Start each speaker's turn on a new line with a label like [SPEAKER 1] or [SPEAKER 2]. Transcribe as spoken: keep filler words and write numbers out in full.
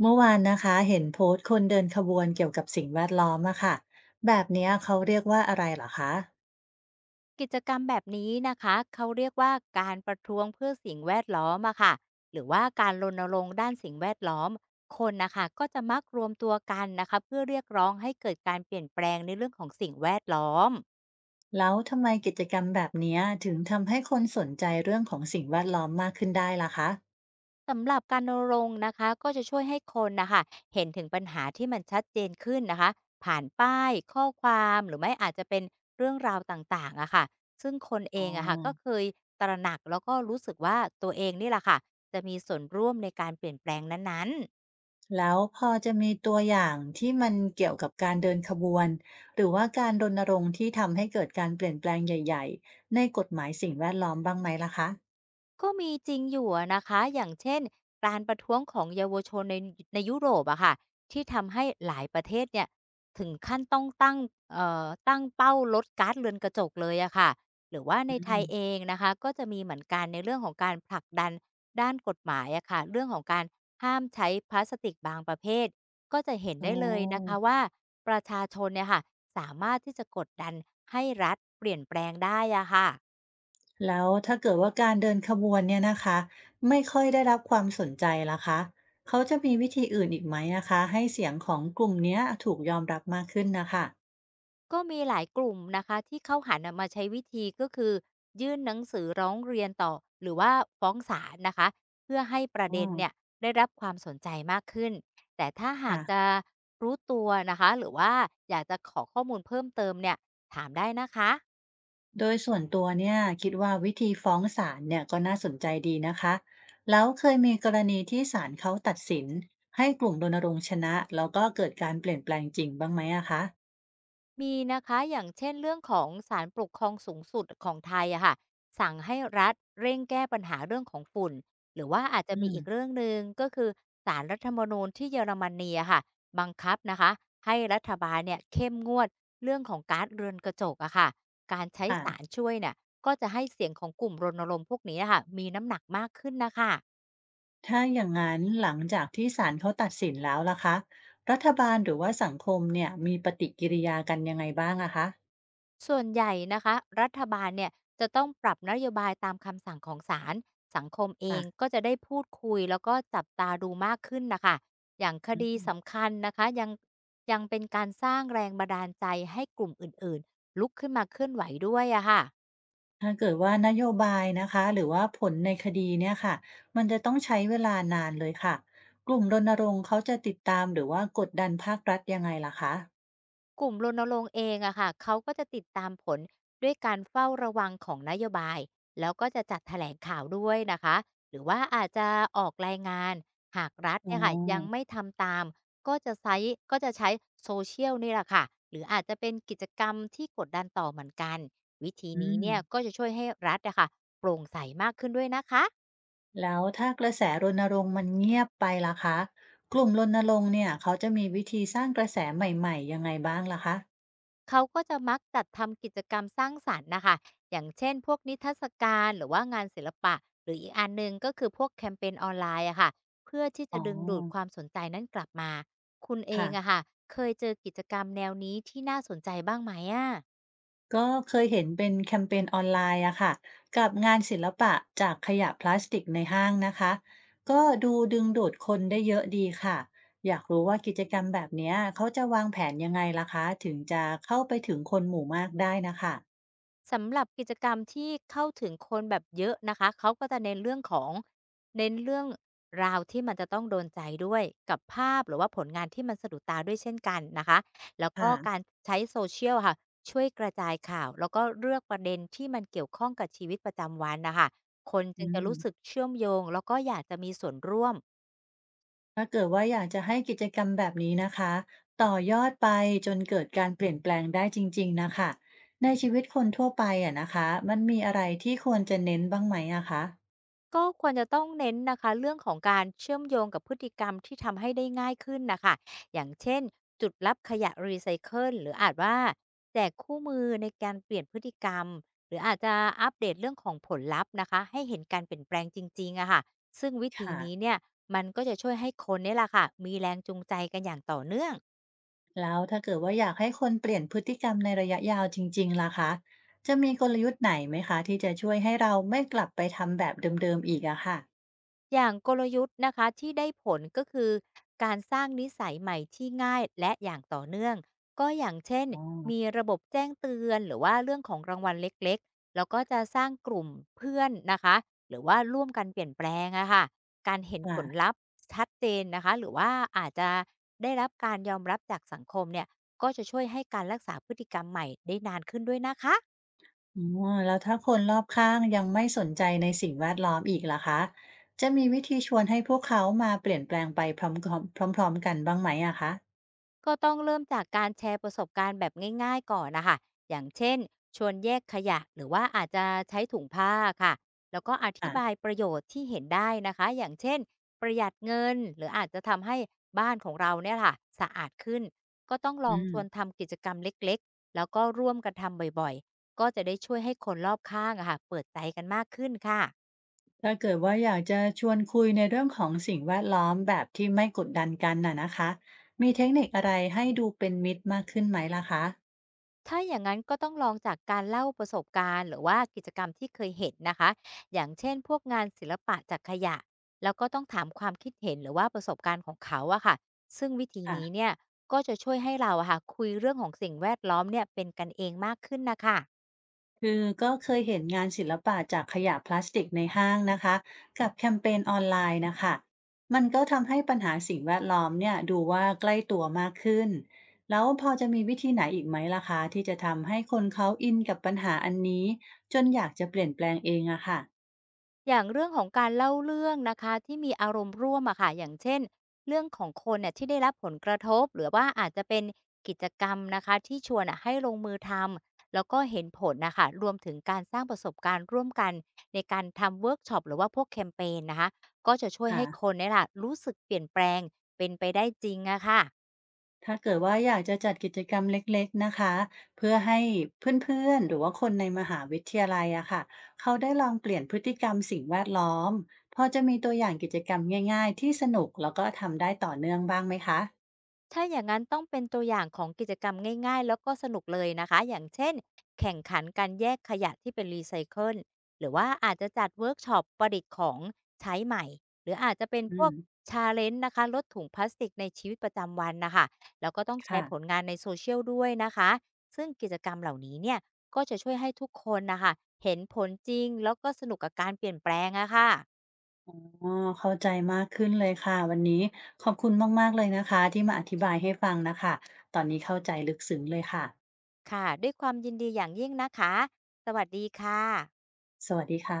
[SPEAKER 1] เมื่อวานนะคะเห็นโพสต์คนเดินขบวนเกี่ยวกับสิ่งแวดล้อมอะค่ะแบบเนี้ยเขาเรียกว่าอะไรเหรอคะ
[SPEAKER 2] กิจกรรมแบบนี้นะคะเขาเรียกว่าการประท้วงเพื่อสิ่งแวดล้อมอะค่ะหรือว่าการรณรงค์ด้านสิ่งแวดล้อมคนนะคะก็จะมักรวมตัวกันนะคะเพื่อเรียกร้องให้เกิดการเปลี่ยนแปลงในเรื่องของสิ่งแวดล้อม
[SPEAKER 1] แล้วทำไมกิจกรรมแบบเนี้ยถึงทำให้คนสนใจเรื่องของสิ่งแวดล้อมมากขึ้นได้ล่ะคะ
[SPEAKER 2] สำหรับการรณรงค์นะคะก็จะช่วยให้คนนะคะเห็นถึงปัญหาที่มันชัดเจนขึ้นนะคะผ่านป้ายข้อความหรือไม่อาจจะเป็นเรื่องราวต่างๆอะค่ะซึ่งคนเอ
[SPEAKER 1] อ๋อ
[SPEAKER 2] งอะค่ะก็เคยตระหนักแล้วก็รู้สึกว่าตัวเองนี่แหละค่ะจะมีส่วนร่วมในการเปลี่ยนแปลงนั้นๆ
[SPEAKER 1] แล้วพอจะมีตัวอย่างที่มันเกี่ยวกับการเดินขบวนหรือว่าการรณรงค์ที่ทำให้เกิดการเปลี่ยนแปลงใหญ่ๆในกฎหมายสิ่งแวดล้อมบ้างไหมล่ะคะ
[SPEAKER 2] ก็มีจริงอยู่อะนะคะอย่างเช่นการประท้วงของเยาวชนในในยุโรปอะค่ะที่ทำให้หลายประเทศเนี่ยถึงขั้นต้องตั้งเอ่อตั้งเป้าลดก๊าซเรือนกระจกเลยอะค่ะหรือว่าใน
[SPEAKER 1] อื
[SPEAKER 2] ไท
[SPEAKER 1] ม
[SPEAKER 2] ยเองนะคะก็จะมีเหมือนกันในเรื่องของการผลักดันด้านกฎหมายอะค่ะเรื่องของการห้ามใช้พลาสติกบางประเภทก็จะเห็น
[SPEAKER 1] อ๋อ
[SPEAKER 2] ได้เลยนะคะว่าประชาชนเนี่ยค่ะสามารถที่จะกดดันให้รัฐเปลี่ยนแปลงได้อะค่ะ
[SPEAKER 1] แล้วถ้าเกิดว่าการเดินขบวนเนี่ยนะคะไม่ค่อยได้รับความสนใจล่ะคะเขาจะมีวิธีอื่นอีกไหมนะคะให้เสียงของกลุ่มเนี้ยถูกยอมรับมากขึ้นนะคะ
[SPEAKER 2] ก็มีหลายกลุ่มนะคะที่เข้าหันน่ะมาใช้วิธีก็คือยื่นหนังสือร้องเรียนต่อหรือว่าฟ้องศาลนะคะเพื่อให้ประ
[SPEAKER 1] อ๋อ
[SPEAKER 2] เด็นเนี่ยได้รับความสนใจมากขึ้นแต่ถ้าหากจะ
[SPEAKER 1] ค่ะ
[SPEAKER 2] รู้ตัวนะคะหรือว่าอยากจะขอข้อมูลเพิ่มเติมเนี่ยถามได้นะคะ
[SPEAKER 1] โดยส่วนตัวเนี่ยคิดว่าวิธีฟ้องศาลเนี่ยก็น่าสนใจดีนะคะแล้วเคยมีกรณีที่ศาลเขาตัดสินให้กลุ่มรณรงค์ชนะแล้วก็เกิดการเปลี่ยนแปลงจริงบ้างไหมอะคะ
[SPEAKER 2] มีนะคะอย่างเช่นเรื่องของศาลปกครองสูงสุดของไทยอะค่ะสั่งให้รัฐเร่งแก้ปัญหาเรื่องของฝุ่นหรือว่าอาจจะ
[SPEAKER 1] อื
[SPEAKER 2] มีอีก
[SPEAKER 1] ม
[SPEAKER 2] เรื่องหนึ่งก็คือศาลรัฐธรรมนูญที่เยอรมนีอะค่ะบังคับนะคะให้รัฐบาลเนี่ยเข้มงวดเรื่องของการเรือนกระจกอะค่ะการใช้
[SPEAKER 1] ค่ะ
[SPEAKER 2] สารช่วยเนี่ยก็จะให้เสียงของกลุ่มรณรงค์พวกนี้อะค่ะมีน้ำหนักมากขึ้นนะคะ
[SPEAKER 1] ถ้าอย่างนั้นหลังจากที่ศาลเขาตัดสินแล้วล่ะคะรัฐบาลหรือว่าสังคมเนี่ยมีปฏิกิริยากันยังไงบ้างอะคะ
[SPEAKER 2] ส่วนใหญ่นะคะรัฐบาลเนี่ยจะต้องปรับนโยบายตามคำสั่งของศาลสังคมเอ
[SPEAKER 1] ค่ะ
[SPEAKER 2] งก็จะได้พูดคุยแล้วก็จับตาดูมากขึ้นนะคะอย่างค
[SPEAKER 1] อื
[SPEAKER 2] ดี
[SPEAKER 1] ม
[SPEAKER 2] สำคัญนะคะยังยังเป็นการสร้างแรงบันดาลใจให้กลุ่มอื่นๆลุกขึ้นมาเคลื่อนไหวด้วยอะค่ะ
[SPEAKER 1] ถ้าเกิดว่านโยบายนะคะหรือว่าผลในคดีเนี่ยค่ะมันจะต้องใช้เวลานานเลยค่ะกลุ่มรณรงค์เขาจะติดตามหรือว่ากดดันภาครัฐยังไงล่ะคะ
[SPEAKER 2] กลุ่มรณรงค์เองอะค่ะเขาก็จะติดตามผลด้วยการเฝ้าระวังของนโยบายแล้วก็จะจัดแถลงข่าวด้วยนะคะหรือว่าอาจจะออกรายงานหากรัฐ
[SPEAKER 1] อ๋อ
[SPEAKER 2] เนี่ยค่ะยังไม่ทำตามก็จะใช้ก็จะใช้โซเชียลนี่แหละค่ะหรืออาจจะเป็นกิจกรรมที่กดดันต่อเหมือนกันวิธี
[SPEAKER 1] อื
[SPEAKER 2] นี้
[SPEAKER 1] ม
[SPEAKER 2] เนี่ยก็จะช่วยให้รัฐอะค่ะโปร่งใสมากขึ้นด้วยนะคะ
[SPEAKER 1] แล้วถ้ากระแสรณรงค์มันเงียบไปล่ะคะกลุ่มรณรงค์เนี่ยเขาจะมีวิธีสร้างกระแสใหม่ๆยังไงบ้างล่ะคะ
[SPEAKER 2] เขาก็จะมักจัดทำกิจกรรมสร้างสรรค์นะคะ อย่างเช่นพวกนิทรรศการหรือว่างานศิลปะ หรืออีกอันหนึ่งก็คือพวกแคมเปนออนไลน์อะค่ะเพื่อที่
[SPEAKER 1] อ๋
[SPEAKER 2] จะ
[SPEAKER 1] อ
[SPEAKER 2] ดึงดูดความสนใจนั้นกลับมา คุณเอง
[SPEAKER 1] ค่ะ
[SPEAKER 2] อะค่ะเคยเจอกิจกรรมแนวนี้ที่น่าสนใจบ้างไหมอะ
[SPEAKER 1] ก็เคยเห็นเป็นแคมเปญออนไลน์อะค่ะกับงานศิลปะจากขยะพลาสติกในห้างนะคะก็ดูดึงดูดคนได้เยอะดีค่ะอยากรู้ว่ากิจกรรมแบบเนี้ยเขาจะวางแผนยังไงล่ะคะถึงจะเข้าไปถึงคนหมู่มากได้นะคะ
[SPEAKER 2] สำหรับกิจกรรมที่เข้าถึงคนแบบเยอะนะคะเขาก็จะเน้นเรื่องของเน้นเรื่องราวที่มันจะต้องโดนใจด้วยกับภาพหรือว่าผลงานที่มันสะดุดตาด้วยเช่นกันนะคะ แล้วก็
[SPEAKER 1] ค่ะ
[SPEAKER 2] การใช้ โซเชียล ค่ะช่วยกระจายข่าวแล้วก็เลือกประเด็นที่มันเกี่ยวข้องกับชีวิตประจำวันนะคะคน
[SPEAKER 1] อื
[SPEAKER 2] จึงจะ
[SPEAKER 1] ม
[SPEAKER 2] รู้สึกเชื่อมโยงแล้วก็อยากจะมีส่วนร่วม
[SPEAKER 1] ถ้าเกิดว่าอยากจะให้กิจกรรมแบบนี้นะคะต่อยอดไปจนเกิดการเปลี่ยนแปลงได้จริงๆนะคะในชีวิตคนทั่วไปอะนะคะมันมีอะไรที่ควรจะเน้นบ้างไหมอะคะ
[SPEAKER 2] ก็ควรจะต้องเน้นนะคะเรื่องของการเชื่อมโยงกับพฤติกรรมที่ทำให้ได้ง่ายขึ้นนะคะอย่างเช่นจุดรับขยะรีไซเคิลหรืออาจว่าแจกคู่มือในการเปลี่ยนพฤติกรรมหรืออาจจะอัปเดตเรื่องของผลลัพธ์นะคะให้เห็นการเปลี่ยนแปลงจริงๆอะค่ะซึ่งวิธี
[SPEAKER 1] ค่ะ
[SPEAKER 2] นี้เนี่ยมันก็จะช่วยให้คนเนี่ยแหละค่ะมีแรงจูงใจกันอย่างต่อเนื่อง
[SPEAKER 1] แล้วถ้าเกิดว่าอยากให้คนเปลี่ยนพฤติกรรมในระยะยาวจริงๆล่ะคะจะมีกลยุทธ์ไหนไหมคะที่จะช่วยให้เราไม่กลับไปทำแบบเดิมๆอีกอะค่ะ
[SPEAKER 2] อย่างกลยุทธ์นะคะที่ได้ผลก็คือการสร้างนิสัยใหม่ที่ง่ายและอย่างต่อเนื่องก็อย่างเช่น
[SPEAKER 1] อ๋อ
[SPEAKER 2] มีระบบแจ้งเตือนหรือว่าเรื่องของรางวัลเล็กๆแล้วก็จะสร้างกลุ่มเพื่อนนะคะหรือว่าร่วมกันเปลี่ยนแปลงอะค่ะการเห็นผ
[SPEAKER 1] ค่ะ
[SPEAKER 2] ลลัพธ์ชัดเจนนะคะหรือว่าอาจจะได้รับการยอมรับจากสังคมเนี่ยก็จะช่วยให้การรักษาพฤติกรรมใหม่ได้นานขึ้นด้วยนะคะ
[SPEAKER 1] อ๋อแล้วถ้าคนรอบข้างยังไม่สนใจในสิ่งแวดล้อมอีกล่ะคะจะมีวิธีชวนให้พวกเขามาเปลี่ยนแปลงไปพร้อมๆพร้อมๆกันบ้างไหมอะคะ
[SPEAKER 2] ก็ต้องเริ่มจากการแชร์ประสบการณ์แบบง่ายๆก่อนนะคะอย่างเช่นชวนแยกขยะหรือว่าอาจจะใช้ถุงผ้าค่ะแล้วก็อธิ
[SPEAKER 1] ค่ะ
[SPEAKER 2] บายประโยชน์ที่เห็นได้นะคะอย่างเช่นประหยัดเงินหรืออาจจะทำให้บ้านของเราเนี่ยค่ะสะอาดขึ้นก็ต้องลอง
[SPEAKER 1] อื
[SPEAKER 2] ช
[SPEAKER 1] ม
[SPEAKER 2] วนทำกิจกรรมเล็กๆแล้วก็ร่วมกันทำบ่อยๆก็จะได้ช่วยให้คนรอบข้างอะค่ะเปิดใจกันมากขึ้นค่ะ
[SPEAKER 1] ถ้าเกิดว่าอยากจะชวนคุยในเรื่องของสิ่งแวดล้อมแบบที่ไม่กดดันกันน่ะนะคะมีเทคนิคอะไรให้ดูเป็นมิตรมากขึ้นไหมล่ะคะ
[SPEAKER 2] ถ้าอย่างงั้นก็ต้องลองจากการเล่าประสบการณ์หรือว่ากิจกรรมที่เคยเห็นนะคะอย่างเช่นพวกงานศิลปะจากขยะแล้วก็ต้องถามความคิดเห็นหรือว่าประสบการณ์ของเขาอะค่ะซึ่งวิธีนี้
[SPEAKER 1] ค่ะ
[SPEAKER 2] เนี่ยก็จะช่วยให้เราอะค่ะคุยเรื่องของสิ่งแวดล้อมเนี่ยเป็นกันเองมากขึ้นนะคะ
[SPEAKER 1] คือก็เคยเห็นงานศิลปะจากขยะพลาสติกในห้างนะคะกับแคมเปญออนไลน์นะคะมันก็ทำให้ปัญหาสิ่งแวดล้อมเนี่ยดูว่าใกล้ตัวมากขึ้นแล้วพอจะมีวิธีไหนอีกไหมล่ะคะที่จะทำให้คนเขาอินกับปัญหาอันนี้จนอยากจะเปลี่ยนแปลงเองอะค่ะ
[SPEAKER 2] อย่างเรื่องของการเล่าเรื่องนะคะที่มีอารมณ์ร่วมอะค่ะอย่างเช่นเรื่องของคนเนี่ยที่ได้รับผลกระทบหรือว่าอาจจะเป็นกิจกรรมนะคะที่ชวนอะให้ลงมือทำแล้วก็เห็นผลนะค่ะรวมถึงการสร้างประสบการณ์ร่วมกันในการทำเวิร์กช็อปหรือว่าพวกแคมเปญนะคะก็จะช่วย
[SPEAKER 1] ค่ะ
[SPEAKER 2] ให้คนเนี่ยล่ะรู้สึกเปลี่ยนแปลงเป็นไปได้จริงอะค่ะ
[SPEAKER 1] ถ้าเกิดว่าอยากจะจัดกิจกรรมเล็กๆนะคะเพื่อให้เพื่อนๆหรือว่าคนในมหาวิทยาลัยอะค่ะเขาได้ลองเปลี่ยนพฤติกรรมสิ่งแวดล้อมพอจะมีตัวอย่างกิจกรรมง่ายๆที่สนุกแล้วก็ทำได้ต่อเนื่องบ้างไหมคะ
[SPEAKER 2] ถ้าอย่างนั้นต้องเป็นตัวอย่างของกิจกรรมง่ายๆแล้วก็สนุกเลยนะคะอย่างเช่นแข่งขันการแยกขยะที่เป็นรีไซเคิลหรือว่าอาจจะจัดเวิร์กช็อปประดิษฐ์ของใช้ใหม่หรืออาจจะเป็นพ
[SPEAKER 1] อื
[SPEAKER 2] วก
[SPEAKER 1] ม
[SPEAKER 2] ชาเลนจ์นะคะลดถุงพลาสติกในชีวิตประจำวันนะคะแล้วก็ต้องแช
[SPEAKER 1] ค่ะ
[SPEAKER 2] ร์ผลงานในโซเชียลด้วยนะคะซึ่งกิจกรรมเหล่านี้เนี่ยก็จะช่วยให้ทุกคนนะคะเห็นผลจริงแล้วก็สนุกกับการเปลี่ยนแปลงอะค่ะ
[SPEAKER 1] อ๋อเข้าใจมากขึ้นเลยค่ะวันนี้ขอบคุณมากๆเลยนะคะที่มาอธิบายให้ฟังนะคะตอนนี้เข้าใจลึกซึ้งเลยค่ะ
[SPEAKER 2] ค่ะด้วยความยินดีอย่างยิ่งนะคะสวัสดีค่ะ
[SPEAKER 1] สวัสดีค่ะ